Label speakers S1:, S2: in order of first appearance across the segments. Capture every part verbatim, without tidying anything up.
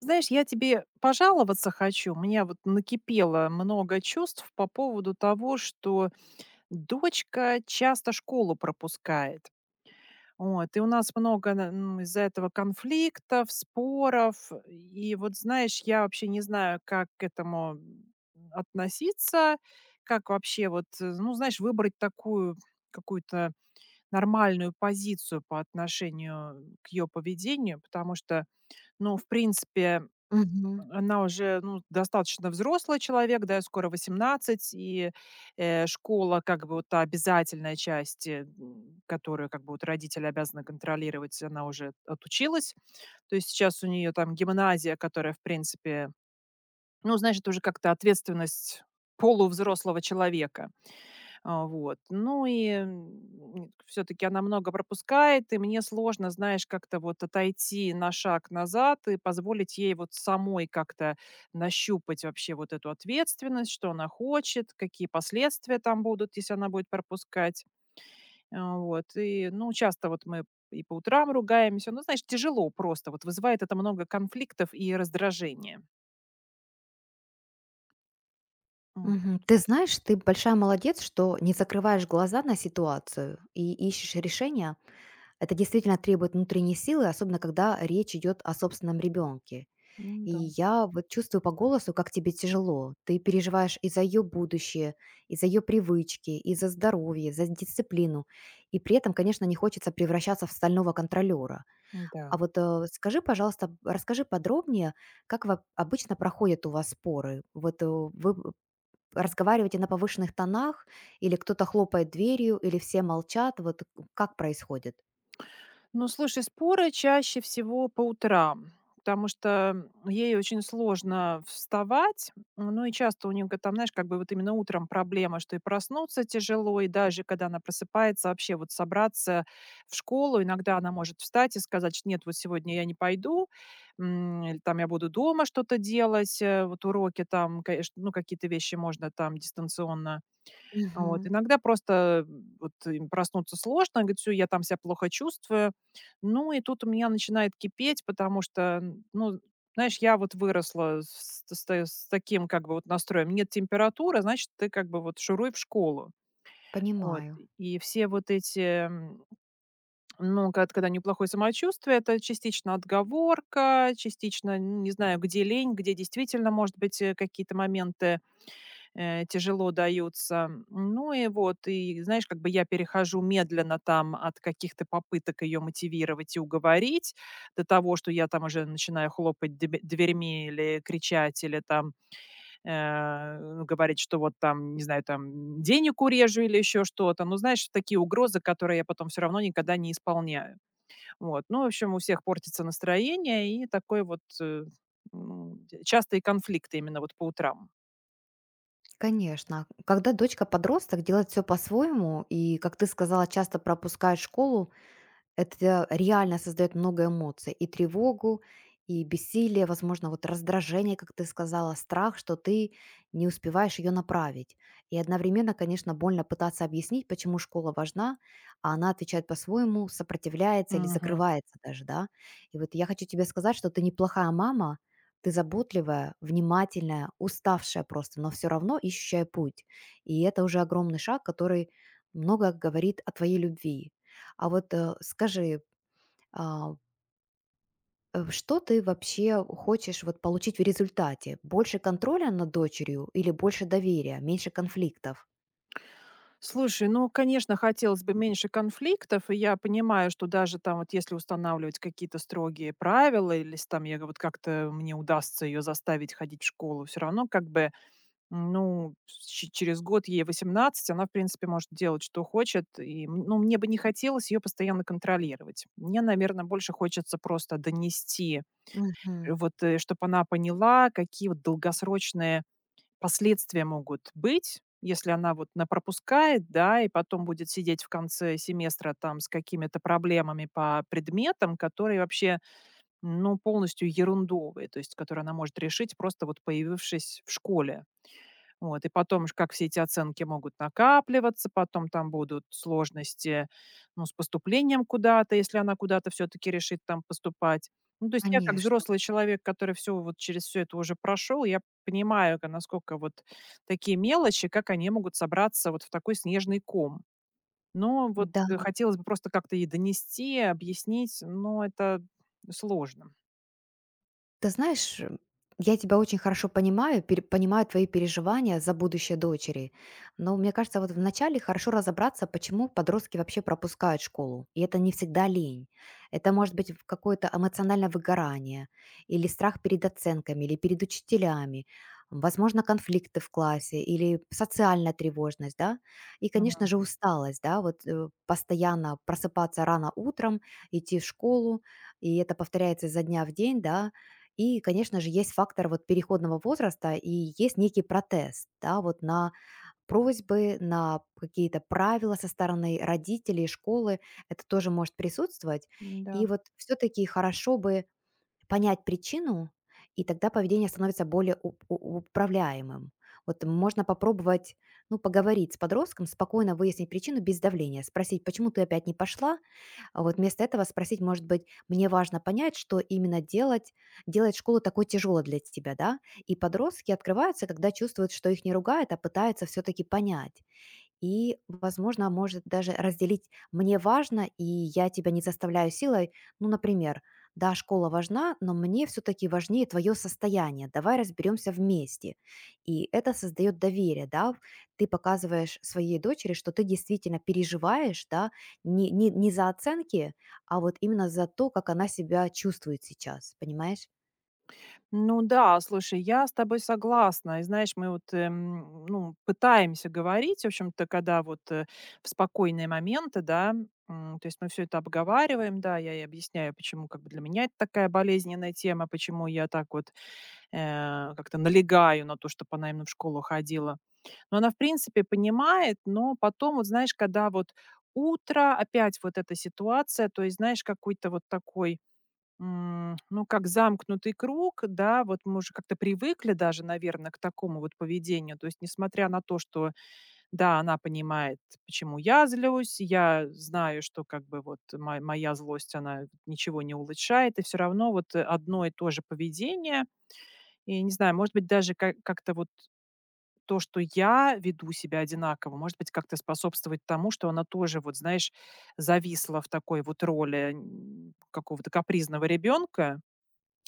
S1: Знаешь, я тебе пожаловаться хочу. У меня вот накипело много чувств по поводу того, что дочка часто школу пропускает. Вот, и у нас много на- м, из-за этого конфликтов, споров. И вот, знаешь, я вообще не знаю, как к этому м, относиться, как вообще вот, э, ну, знаешь, выбрать такую какую-то нормальную позицию по отношению к ее поведению, потому что ну, в принципе,
S2: Мгм,
S1: она уже, ну, достаточно взрослый человек, да, ей скоро восемнадцать и, э, школа как бы вот та обязательная часть, э, м, которую как бы вот родители обязаны контролировать, она уже отучилась. То есть сейчас у нее там гимназия, которая, в принципе, ну, значит уже как-то ответственность полувзрослого человека. А, вот. Ну и, все таки она много пропускает, и мне сложно, знаешь, как-то вот отойти на шаг назад и позволить ей вот самой как-то нащупать вообще вот эту ответственность, что она хочет, какие последствия там будут, если она будет пропускать. А, вот. И, ну, часто вот мы и по утрам ругаемся. Ну, знаешь, тяжело просто. Вот вызывает это много конфликтов и раздражения. М,
S2: мгм. Ты знаешь, ты большая молодец, что не закрываешь глаза на ситуацию и ищешь решения. Это действительно требует внутренней силы, особенно когда речь идет о собственном ребенке.
S1: ну
S2: И
S1: да,
S2: я вот чувствую по голосу, как тебе тяжело. Ты переживаешь и за ее будущее, и за ее привычки, и за здоровье, за дисциплину. И при этом, конечно, не хочется превращаться в стального контролера. А
S1: да.
S2: вот э, скажи, пожалуйста, расскажи подробнее, как во- обычно проходят у вас споры? Вот э, вы разговариваете на повышенных тонах, или кто-то хлопает дверью, или все молчат? Вот как происходит?
S1: Ну, слушай, споры чаще всего по утрам, потому что ей очень сложно вставать. Ну и часто у нее г- там, знаешь, как бы вот именно утром проблема, что и проснуться тяжело, и даже когда она просыпается, вообще вот собраться в школу, иногда она может встать и сказать, что нет, вот сегодня я не пойду, м, или там я буду дома что-то делать, э, вот уроки там, конечно, ну какие-то вещи можно там дистанционно. Вот,
S2: Мгм.
S1: иногда просто, м, вот им проснуться сложно, говорит: "Всё, я там себя плохо чувствую". Ну и тут у меня начинает кипеть, потому что, н ну, знаешь, я вот выросла с с та с таким как бы вот настроем: нет температуры, значит, ты как бы вот шуруй в школу. Вот.
S2: Понимаю.
S1: И все вот эти, м, ну, когда когда неплохое самочувствие — это частично отговорка, частично, н не знаю, где лень, где действительно, может быть, э, какие-то моменты э, тяжело даются. Ну и вот, и знаешь, как бы я перехожу медленно там от каких-то попыток ее мотивировать и уговорить до того, что я там уже начинаю хлопать дебе- дверьми или кричать, или там э, ну, говорить, что вот там, не знаю, там денег урежу или еще что-то. Ну, знаешь, такие угрозы, которые я потом все равно никогда не исполняю. Вот. Ну, в общем, у всех портится настроение и такой вот э, м, частые конфликты именно вот по утрам.
S2: Конечно. Когда дочка подросток делает все по-своему, и, как ты сказала, часто пропускает школу, это реально создает много эмоций: и тревогу, и бессилие, возможно, вот раздражение, как ты сказала, страх, что ты не успеваешь ее направить. И одновременно, конечно, больно пытаться объяснить, почему школа важна, а она отвечает по-своему, сопротивляется или закрывается даже, да. И вот я хочу тебе сказать, что ты неплохая мама, ты заботливая, внимательная, уставшая просто, но все равно ищущая путь. И это уже огромный шаг, который много говорит о твоей любви. А вот э, скажи, а, э, что ты вообще хочешь вот получить в результате? Больше контроля над дочерью или больше доверия, меньше конфликтов?
S1: Слушай, ну, конечно, хотелось бы меньше конфликтов, и я понимаю, что даже там вот если устанавливать какие-то строгие правила или если там я вот как-то мне удастся ее заставить ходить в школу, все равно как бы, ну, ч- через год ей восемнадцать, она, в принципе, может делать, что хочет, и, м, ну, мне бы не хотелось ее постоянно контролировать. Мне, наверное, больше хочется просто донести, э,
S2: Мгм.
S1: вот, чтобы она поняла, какие вот долгосрочные последствия могут быть, если она вот напропускает, да, и потом будет сидеть в конце семестра там с какими-то проблемами по предметам, которые вообще, ну, полностью ерундовые, то есть которые она может решить, просто вот появившись в школе. Вот, и потом уж как все эти оценки могут накапливаться, потом там будут сложности, ну, с поступлением куда-то, если она куда-то все-таки решит там поступать. Ну, то есть я как
S2: Конечно.
S1: взрослый человек, который все вот через все это уже прошел, я понимаю, ка- насколько вот такие мелочи, как они могут собраться вот в такой снежный ком. Но вот
S2: Да.
S1: э, хотелось бы просто как-то ей донести, объяснить, но это сложно.
S2: Ты знаешь, э, я тебя очень хорошо понимаю, пере- понимаю твои переживания за будущее дочери. Но мне кажется, вот вначале хорошо разобраться, почему подростки вообще пропускают школу. И это не всегда лень. Это может быть в какое-то эмоциональное выгорание или страх перед оценками, или перед учителями. Возможно, конфликты в классе или социальная тревожность, да, и, конечно
S1: Мгм.
S2: же, усталость, да, вот э, постоянно просыпаться рано утром, идти в школу, и это повторяется изо дня в день, да, и, конечно же, есть фактор вот переходного возраста и есть некий протест, да, вот на просьбы, на какие-то правила со стороны родителей, школы, это тоже может присутствовать.
S1: Да.
S2: И вот все-таки хорошо бы понять причину, и тогда поведение становится более уп- у- управляемым. Вот можно попробовать, ну, поговорить с подростком, спокойно выяснить причину без давления, спросить, почему ты опять не пошла, а вот вместо этого спросить, может быть, мне важно понять, что именно делать, делает школу такой тяжелой для тебя, да? И подростки открываются, когда чувствуют, что их не ругают, а пытаются все-таки понять. И, возможно, может даже разделить мне важно, и я тебя не заставляю силой. Ну, например, да, школа важна, но мне все-таки важнее твое состояние. Давай разберемся вместе. И это создает доверие, да. Ты показываешь своей дочери, что ты действительно переживаешь, да, не, не, не за оценки, а вот именно за то, как она себя чувствует сейчас, понимаешь?
S1: Ну да, слушай, я с тобой согласна. И знаешь, мы вот, эм, ну, пытаемся говорить, в общем-то, когда вот э, в спокойные моменты, да, м, то есть мы все это обговариваем, да, я и объясняю, почему как бы для меня это такая болезненная тема, почему я так вот э, как-то налегаю на то, чтобы она именно в школу ходила. Но она, в принципе, понимает, но потом, вот знаешь, когда вот утро, опять вот эта ситуация, то есть, знаешь, какой-то вот такой. М, ну, как замкнутый круг, да, вот мы уже как-то привыкли даже, наверное, к такому вот поведению. То есть, несмотря на то, что, да, она понимает, почему я злюсь, я знаю, что как бы вот мо- моя злость, она ничего не улучшает, и все равно вот э, одно и то же поведение. И не знаю, может быть, даже ка- как-то вот то, что я веду себя одинаково, может быть, как-то способствовать тому, что она тоже, вот знаешь, зависла в такой вот роли м, какого-то капризного ребенка,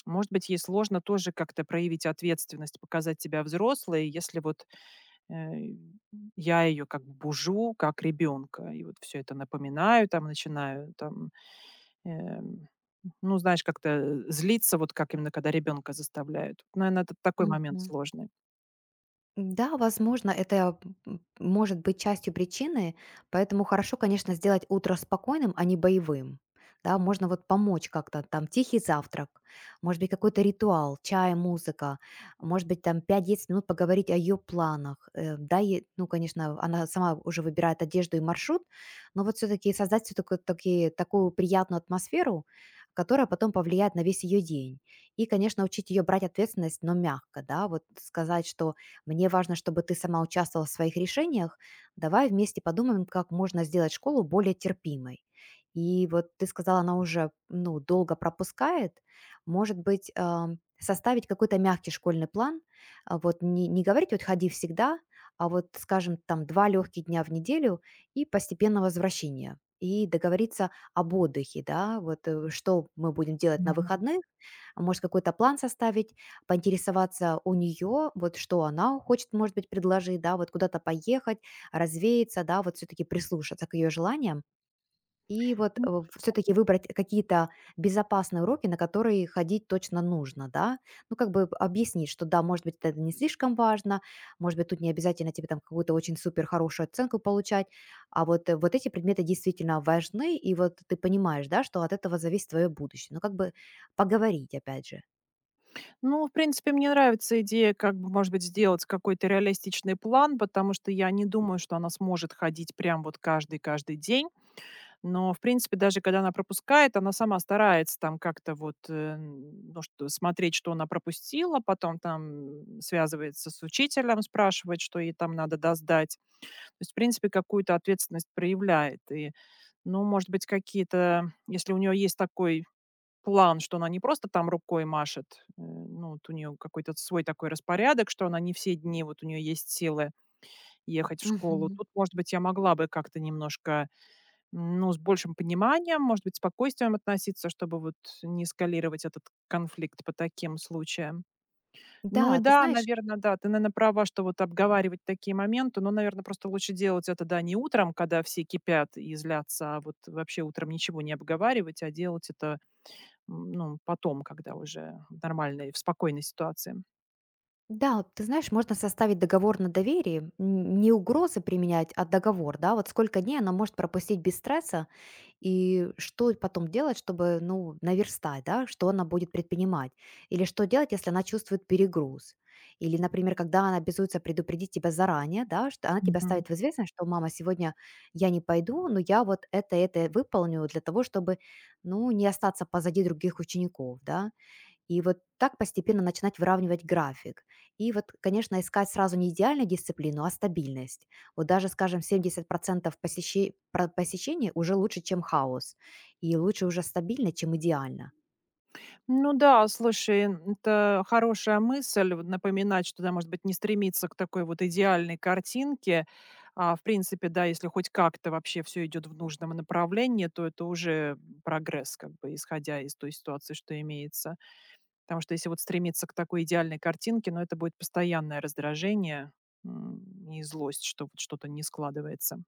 S1: может быть, ей сложно тоже как-то проявить ответственность, показать себя взрослой, если вот э, я ее как бы бужу, как ребенка, и вот все это напоминаю, там начинаю, там, эм, ну, знаешь, как-то злиться, вот как именно, когда ребенка заставляют. Наверное, это такой момент
S2: Мгм.
S1: сложный.
S2: Да, возможно, это м, может быть частью причины, поэтому хорошо, конечно, сделать утро спокойным, а не боевым. Да, можно вот помочь как-то, там, тихий завтрак, может быть, какой-то ритуал, чай, музыка, может быть, там, пять-десять минут поговорить о ее планах. э, Да, ей- ну, конечно, она сама уже выбирает одежду и маршрут, но вот все-таки создать все таки, такую приятную атмосферу, которая потом повлияет на весь ее день. И, конечно, учить ее брать ответственность, но мягко, да, вот сказать, что мне важно, чтобы ты сама участвовала в своих решениях. Давай вместе подумаем, как можно сделать школу более терпимой. И вот ты сказала, она уже ну, долго пропускает. Может быть, ам, составить какой-то мягкий школьный план. А вот не, не говорить, вот ходи всегда, а вот, скажем, там два легких дня в неделю и постепенно возвращение. И договориться об отдыхе, да, вот э, что мы будем делать на
S1: Мгм.
S2: выходных, а может какой-то план составить, поинтересоваться у нее, вот что она хочет, может быть, предложить, да, вот куда-то поехать, развеяться, да, вот все-таки прислушаться к ее желаниям и вот
S1: М,
S2: все-таки выбрать какие-то безопасные уроки, на которые ходить точно нужно, да, ну как бы объяснить, что да, может быть, это не слишком важно, может быть, тут не обязательно тебе там какую-то очень супер хорошую оценку получать, а вот, э, вот эти предметы действительно важны, и вот ты понимаешь, да, что от этого зависит твое будущее, ну как бы поговорить, опять же.
S1: Ну, в принципе, мне нравится идея, как бы, может быть, сделать какой-то реалистичный план, потому что я не думаю, что она сможет ходить прям вот каждый-каждый день. Но, в принципе, даже когда она пропускает, она сама старается там как-то вот, э, ну, что смотреть, что она пропустила, потом там связывается с учителем, спрашивает, что ей там надо досдать. То есть, в принципе, какую-то ответственность проявляет. И, ну, может быть, какие-то, если у нее есть такой план, что она не просто там рукой машет, э, ну, вот у нее какой-то свой такой распорядок, что она не все дни, вот у нее есть силы ехать в
S2: Мгм.
S1: школу. Тут, может быть, я могла бы как-то немножко ну, с большим пониманием, может быть, спокойствием относиться, чтобы вот не эскалировать этот конфликт по таким случаям. Ну и
S2: Да, ты
S1: да,
S2: знаешь,
S1: наверное, да, ты, наверное, права, что вот обговаривать такие моменты, но, наверное, просто лучше делать это, да, не утром, когда все кипят и злятся, а вот вообще утром ничего не обговаривать, а делать это, м, ну, потом, когда уже нормально и в спокойной ситуации.
S2: да, вот ты знаешь, можно составить договор на доверии, н- не угрозы применять, а договор, да, вот сколько дней она может пропустить без стресса, и что потом делать, чтобы, ну, наверстать, да, что она будет предпринимать, или что делать, если она чувствует перегруз, или, например, когда она обязуется предупредить тебя заранее, да, что она тебя
S1: Мгм.
S2: ставит в известность, что, мама, сегодня я не пойду, но я вот это, это выполню для того, чтобы, ну, не остаться позади других учеников, да, и вот так постепенно начинать выравнивать график. И вот, конечно, искать сразу не идеальную дисциплину, а стабильность. Вот даже, скажем, семьдесят процентов посещи- про- посещений уже лучше, чем хаос. И лучше уже стабильно, чем идеально.
S1: Ну да, слушай, н- это хорошая мысль, вот напоминать, что, да, может быть, не стремиться к такой вот идеальной картинке, а, в принципе, да, если хоть как-то вообще все идет в нужном направлении, то это уже прогресс, как бы, исходя из той ситуации, что имеется. Потому что если вот стремиться к такой идеальной картинке, ну, это будет постоянное раздражение м, и злость, что вот что-то не складывается.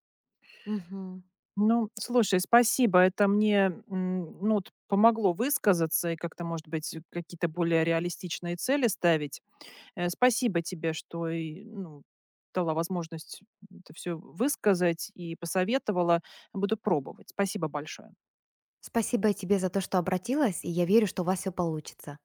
S2: Мгм.
S1: Ну, слушай, спасибо. Это мне, м, ну, вот помогло высказаться и как-то, может быть, э, какие-то более реалистичные цели ставить. Э, спасибо тебе, что и, ну, дала возможность это все высказать и посоветовала. Буду пробовать. Спасибо большое.
S2: Спасибо тебе за то, что обратилась, и я верю, что у вас все получится.